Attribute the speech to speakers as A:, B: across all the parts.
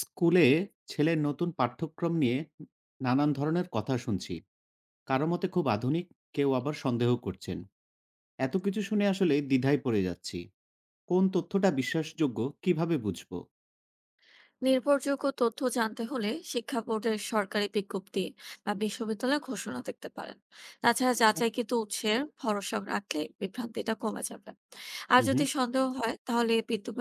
A: স্কুলে ছেলের নতুন পাঠ্যক্রম নিয়ে নানান ধরনের কথা শুনছি। কারো মতে খুব আধুনিক, কেউ আবার সন্দেহ করছেন। এত কিছু শুনে আসলে দ্বিধায় পড়ে যাচ্ছি, কোন তথ্যটা বিশ্বাসযোগ্য কিভাবে বুঝবো?
B: নির্ভরযোগ্য তথ্য জানতে হলে শিক্ষা বোর্ডের সরকারি বিজ্ঞপ্তি বা বিশ্ববিদ্যালয়ের ঘোষণা দেখতে পারেন। তাছাড়া
A: আচ্ছা।
B: যাচাইকৃত উৎসের ভরসা রাখলে বিভ্রান্তিটা কমে যাবে। আর যদি
A: হুম।
B: সন্দেহ হয় তাহলে বিদ্যুৎ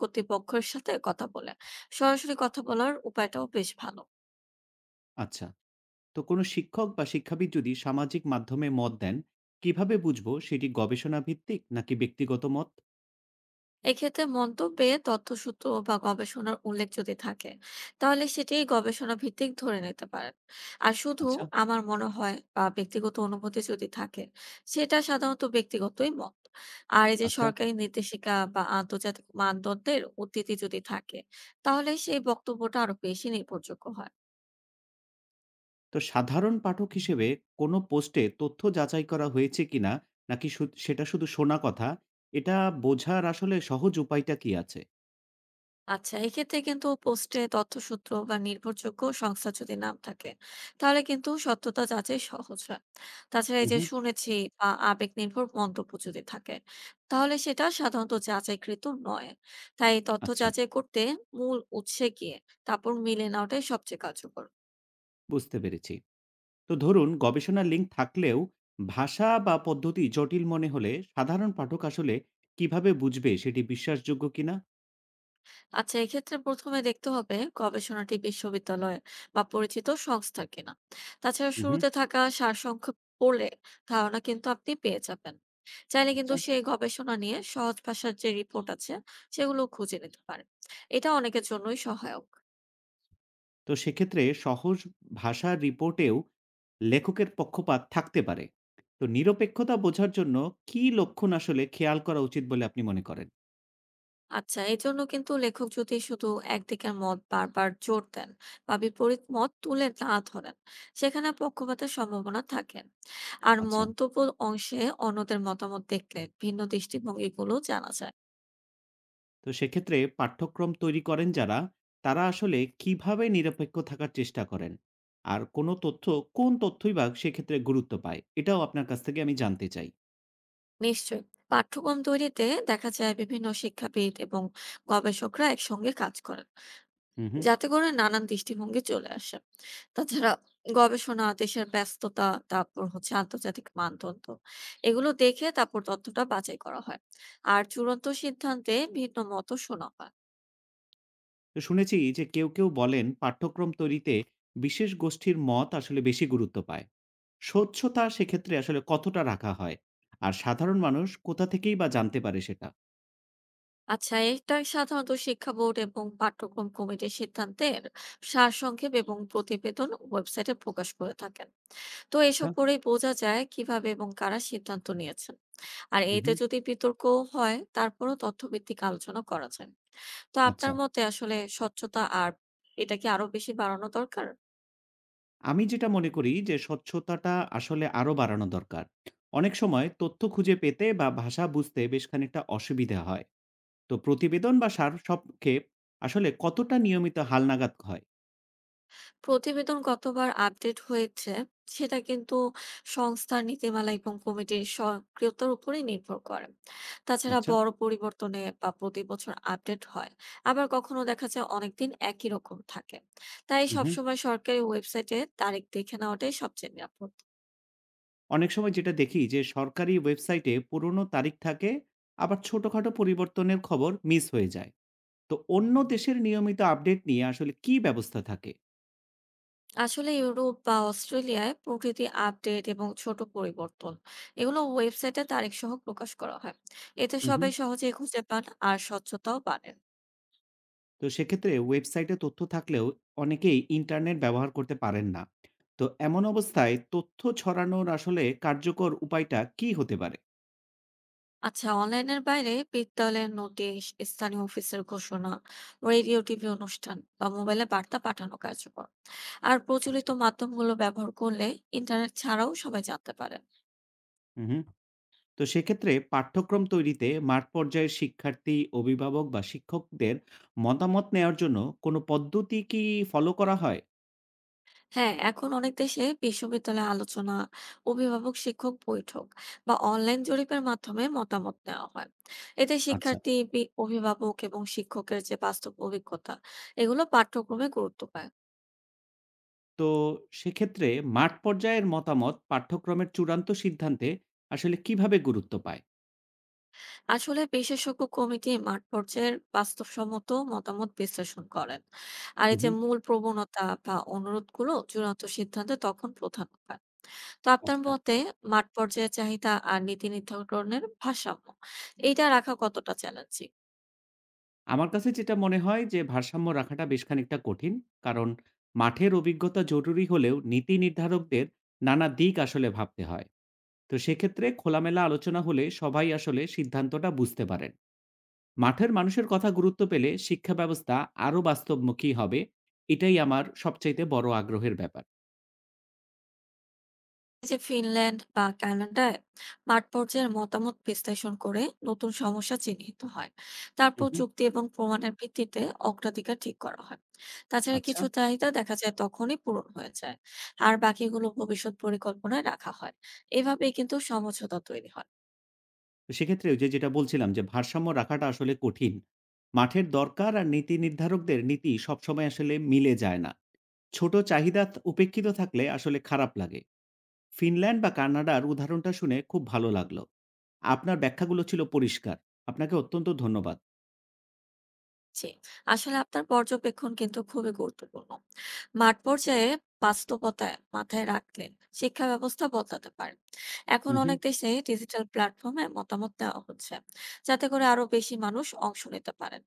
B: কর্তৃপক্ষের সাথে কথা বলে সরাসরি কথা বলার উপায়টাও বেশ ভালো।
A: আচ্ছা। তো কোনো শিক্ষক বা শিক্ষাবিদ যদি সামাজিক মাধ্যমে মত দেন, কিভাবে বুঝবো সেটি গবেষণা ভিত্তিক নাকি ব্যক্তিগত মত?
B: এক্ষেত্রে মন্তব্যে তথ্যসূত্র বা গবেষণার উল্লেখ যদি থাকে তাহলে সেটি গবেষণা ভিত্তিক ধরে নিতে পারেন। আর শুধু
A: আচ্ছা।
B: আমার মনে হয় বা ব্যক্তিগত অনুভূতি যদি থাকে, সেটা সাধারণত ব্যক্তিগতই মত। আর এই যে
A: আচ্ছা।
B: সরকারি নির্দেশিকা বা আন্তর্জাতিক মানদণ্ডের উদ্ধৃতি যদি থাকে, তাহলে সেই বক্তব্যটা আরো বেশি নির্ভরযোগ্য হয়।
A: তো সাধারণ পাঠক হিসেবে কোনো পোস্টে তথ্য যাচাই করা হয়েছে কিনা নাকি সেটা শুধু শোনা কথা, এটা বোঝার আসলে সহজ উপায়টা কি আছে?
B: আচ্ছা, এক্ষেত্রে কিন্তু পোস্টে তথ্যসূত্র বা নির্ভরযোগ্য সংস্থা যদি নাম থাকে, তাহলে কিন্তু সত্যতা যাচাই সহজ হয়। তাছাড়া এই যে
A: মহম।
B: শুনেছি বা আবেগ নির্ভর মন্তব্য যদি থাকে, তাহলে সেটা সাধারণত যাচাইকৃত নয়। তাই তথ্য
A: আচ্ছা।
B: যাচাই করতে মূল উৎসে গিয়ে তারপর মিলিয়ে নেওয়াটাই সবচেয়ে কার্যকর।
A: বুঝতে পেরেছি। তো ধরুন গবেষণার লিঙ্ক থাকলেও ভাষা বা পদ্ধতি জটিল মনে হলে সাধারণ পাঠক আসলে কিভাবে বুঝবে সেটি বিশ্বাসযোগ্য কিনা?
B: আচ্ছা, এক্ষেত্রে প্রথমে দেখতে হবে গবেষণাটি বিশ্ববিদ্যালয় বা পরিচিত সংস্থা কিনা। তাছাড়া
A: মহম।
B: শুরুতে থাকা সারসংক্ষেপ পড়লে ধারণা কিন্তু আপনি পেয়ে যাবেন। চাইলে কিন্তু
A: আচ্ছা।
B: সেই গবেষণা নিয়ে সহজ ভাষার যে রিপোর্ট আছে সেগুলো খুঁজে নিতে পারেন। এটা অনেকের জন্যই সহায়ক।
A: তো সেক্ষেত্রে সহজ ভাষার রিপোর্টেও লেখকের পক্ষপাত থাকতে পারে। তো নিরপেক্ষতা বোঝার জন্য কী লক্ষণ আসলে খেয়াল করা উচিত বলে আপনি মনে করেন?
B: আচ্ছা, এই জন্য কিন্তু লেখক যদি শুধু একদিকের মত বারবার জোর দেন বা বিপরীত মত তুলে না ধরেন, সেখানে পক্ষপাতের সম্ভাবনা থাকে। আর
A: আচ্ছা।
B: মন্তব্য অংশে অন্যদের মতামত দেখলে ভিন্ন দৃষ্টিভঙ্গিগুলো জানা যায়।
A: তো সেক্ষেত্রে পাঠ্যক্রম তৈরি করেন যারা, তারা আসলে কিভাবে নিরপেক্ষ থাকার চেষ্টা করেন? আর কোন তথ্যই বা সেক্ষেত্রে গুরুত্ব পায়? এটাও আপনার কাছ থেকে আমি জানতে চাই।
B: নিশ্চয়ই, পাঠ্যক্রম তৈরিতে দেখা যায় বিভিন্ন শিক্ষাবিদ এবং গবেষকরা একসঙ্গে কাজ করেন,
A: হু, হু।
B: যাতে করে নানান দৃষ্টিভঙ্গি চলে আসে। তাছাড়া গবেষণা দেশের ব্যস্ততা তারপর হচ্ছে আন্তর্জাতিক মানদণ্ড, এগুলো দেখে তারপর তথ্যটা বাছাই করা হয়। আর চূড়ান্ত সিদ্ধান্তে ভিন্ন মত শোনা হয়।
A: তো শুনেছি যে কেউ কেউ বলেন পাঠ্যক্রম তৈরিতে বিশেষ গোষ্ঠীর মত আসলে বেশি গুরুত্ব পায়। স্বচ্ছতা সেক্ষেত্রে আসলে কতটা রাখা হয়, আর সাধারণ মানুষ কোথা থেকেই বা জানতে পারে সেটা?
B: আচ্ছা, এটা সাধারণত শিক্ষা বোর্ড এবং পাঠ্যক্রম কমিটির সিদ্ধান্তের সারসংক্ষেপ এবং প্রতিবেদন ওয়েবসাইটে প্রকাশ করে থাকেন। তো
A: আচ্ছা।
B: এসব পড়েই বোঝা যায় কিভাবে এবং কারা সিদ্ধান্ত নিয়েছেন। আর এতে
A: হুম।
B: যদি বিতর্ক হয় তারপরও তথ্যভিত্তিক আলোচনা করা যায়। তো
A: আচ্ছা।
B: আপনার মতে আসলে স্বচ্ছতা আর এটা কি আরো বেশি বাড়ানো দরকার?
A: আমি যেটা মনে করি যে স্বচ্ছতাটা আসলে আরো বাড়ানো দরকার। অনেক সময় তথ্য খুঁজে পেতে বা ভাষা বুঝতে বেশ খানিকটা অসুবিধা হয়। তো প্রতিবেদন বা সার সংক্ষেপ আসলে কতটা নিয়মিত হালনাগাদ হয়?
B: প্রতিবেদন কতবার আপডেট হয়েছে সেটা কিন্তু সংস্থার নীতিমালা এবং কমিটির সক্রিয়তার উপরে নির্ভর করে। তাছাড়া
A: আচ্ছা।
B: বড় পরিবর্তনে বা প্রতি বছর আপডেট হয়। আবার কখনো দেখা যায় অনেকদিন একই রকম থাকে। তাই
A: হুম।
B: সবসময় সরকারি ওয়েবসাইটে তারিখ দেখে নেওয়াটাই সবচেয়ে নিরাপদ।
A: অনেক সময় যেটা দেখি যে সরকারি ওয়েবসাইটে পুরনো তারিখ থাকে, আবার ছোটখাটো পরিবর্তনের খবর মিস হয়ে যায়। তো অন্য দেশের নিয়মিত আপডেট নিয়ে আসলে কি ব্যবস্থা থাকে?
B: আসলে ইউরোপ বা অস্ট্রেলিয়ায় প্রকৃতি আপডেট এবং ছোট পরিবর্তন এগুলো ওয়েবসাইটে তারিখ সহ প্রকাশ করা হয়। এতে সবাই
A: হুম।
B: সহজেই খুঁজে পান আর স্বচ্ছতাও বাড়ে।
A: তো সেক্ষেত্রে ওয়েবসাইটে তথ্য থাকলেও অনেকেই ইন্টারনেট ব্যবহার করতে পারেন না। তো এমন অবস্থায় তথ্য ছড়ানোর আসলে কার্যকর উপায়টা কি হতে পারে?
B: আচ্ছা, অনলাইনের বাইরে বিদ্যালয়ের নোটিশ, স্থানীয় অফিসের ঘোষণা, রেডিও টিভি অনুষ্ঠান বা মোবাইলে বার্তা পাঠানো কার্যকর। আর প্রচলিত
A: আচ্ছা।
B: মাধ্যমগুলো ব্যবহার করলে ইন্টারনেট ছাড়াও সবাই জানতে পারে।
A: হুম। তো সেক্ষেত্রে পাঠ্যক্রম তৈরিতে মাঠ পর্যায়ের শিক্ষার্থী, অভিভাবক বা শিক্ষকদের মতামত নেওয়ার জন্য কোনো পদ্ধতি কি ফলো করা হয়?
B: হ্যাঁ, এখন অনেক দেশে বিশ্ববিদ্যালয়ে আলোচনা, অভিভাবক শিক্ষক বৈঠক বা অনলাইন জরিপের মাধ্যমে মতামত নেওয়া হয়। এতে
A: আচ্ছা।
B: শিক্ষার্থী অভিভাবক এবং শিক্ষকের যে বাস্তব অভিজ্ঞতা এগুলো পাঠ্যক্রমে গুরুত্ব পায়।
A: তো সেক্ষেত্রে মাঠ পর্যায়ের মতামত পাঠ্যক্রমের চূড়ান্ত সিদ্ধান্তে আসলে কিভাবে গুরুত্ব পায়?
B: আসলে বিশেষজ্ঞ কমিটি মাঠ পর্যায়ের বাস্তবসম্মত মতামত বিশ্লেষণ করেন। আর
A: হু,
B: এই
A: হু।
B: যে মূল প্রবণতা বা অনুরোধগুলো চূড়ান্ত সিদ্ধান্তে তখন প্রধান হয়। তো আপনার
A: আচ্ছা।
B: মতে মাঠ পর্যায়ে চাহিদা আর নীতি নির্ধারণের ভারসাম্য এইটা রাখা কতটা চ্যালেঞ্জিং?
A: আমার কাছে যেটা মনে হয় যে ভারসাম্য রাখাটা বেশ খানিকটা কঠিন। কারণ মাঠের অভিজ্ঞতা জরুরি হলেও নীতি নির্ধারকদের নানা দিক আসলে ভাবতে হয়। তো সেক্ষেত্রে খোলামেলা আলোচনা হলে সবাই আসলে সিদ্ধান্তটা বুঝতে পারেন। মাঠের মানুষের কথা গুরুত্ব পেলে শিক্ষা ব্যবস্থা আরো বাস্তবমুখী হবে। এটাই আমার সবচাইতে বড় আগ্রহের ব্যাপার।
B: এই যে ফিনল্যান্ড বা কানাডায় মাঠ পর্যায়ের মতামত বিশ্লেষণ করে নতুন সমস্যা চিহ্নিত হয়,
A: হু,
B: তারপর
A: হু।
B: যুক্তি এবং প্রমাণের ভিত্তিতে অগ্রাধিকার ঠিক করা হয়। তাছাড়া
A: আচ্ছা।
B: কিছু চাহিদা দেখা যায় তখনই পূরণ হয়ে যায়, আর বাকিগুলো ভবিষ্যৎ পরিকল্পনায় রাখা হয়। এভাবেই কিন্তু সমঝোতা তৈরি হয়।
A: তো সেক্ষেত্রে ওই যে যেটা বলছিলাম যে ভারসাম্য রাখাটা আসলে কঠিন। মাঠের দরকার আর নীতি নির্ধারকদের নীতি সবসময় আসলে মিলে যায় না। ছোট চাহিদা ত উপেক্ষিত থাকলে আসলে খারাপ লাগে। ফিনল্যান্ড বা কানাডার উদাহরণটা শুনে খুব ভালো লাগলো। আপনার ব্যাখ্যাগুলো ছিল পরিষ্কার। আপনাকে অত্যন্ত ধন্যবাদ।
B: জি, আসলে আপনার পর্যবেক্ষণ কিন্তু খুবই গুরুত্বপূর্ণ। মাঠ পর্যায়ে বাস্তবতা মাথায় রাখলে শিক্ষা ব্যবস্থা বদলাতে পারে। এখন
A: হুম,
B: অনেক
A: হুম।
B: দেশে ডিজিটাল প্ল্যাটফর্মে মতামত দেওয়া হচ্ছে, যাতে করে আরো বেশি মানুষ অংশ নিতে পারেন।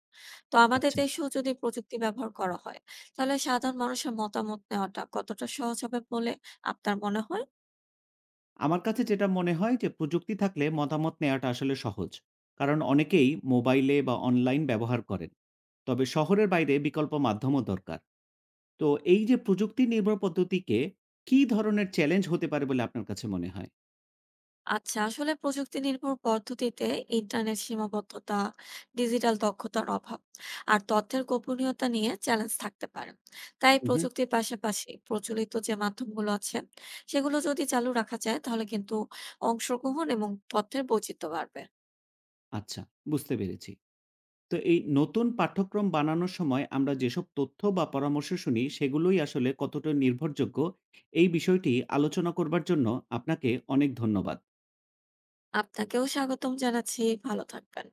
B: তো আমাদের
A: আচ্ছা।
B: দেশেও যদি প্রযুক্তি ব্যবহার করা হয়, তাহলে সাধারণ মানুষের মতামত নেওয়াটা কতটা সহজ হবে বলে আপনার মনে হয়?
A: আমার কাছে যেটা মনে হয় যে প্রযুক্তি থাকলে মতামত নেওয়াটা আসলে সহজ। কারণ অনেকেই মোবাইলে বা অনলাইন ব্যবহার করেন। তবে শহরের বাইরে বিকল্প মাধ্যমও দরকার। তো এই যে প্রযুক্তি নির্ভর পদ্ধতিকে কি ধরনের চ্যালেঞ্জ হতে পারে বলে আপনার কাছে মনে হয়?
B: আচ্ছা, আসলে প্রযুক্তি নির্ভর পদ্ধতিতে ইন্টারনেট সীমাবদ্ধতা, ডিজিটাল দক্ষতার অভাব আর তথ্যের গোপনীয়তা নিয়ে চ্যালেঞ্জ থাকতে পারে। তাই
A: উহু।
B: প্রযুক্তির পাশাপাশি প্রচলিত যে মাধ্যমগুলো আছে সেগুলো যদি চালু রাখা যায় তাহলে কিন্তু অংশগ্রহণ এবং তথ্যের বৈচিত্র্য বাড়বে।
A: আচ্ছা, বুঝতে পেরেছি। তো এই নতুন পাঠ্যক্রম বানানোর সময় আমরা যেসব তথ্য বা পরামর্শ শুনি সেগুলোই আসলে কতটা নির্ভরযোগ্য, এই বিষয়টি আলোচনা করবার জন্য আপনাকে অনেক ধন্যবাদ।
B: আপনাকেও স্বাগতম জানাচ্ছি। ভালো থাকবেন।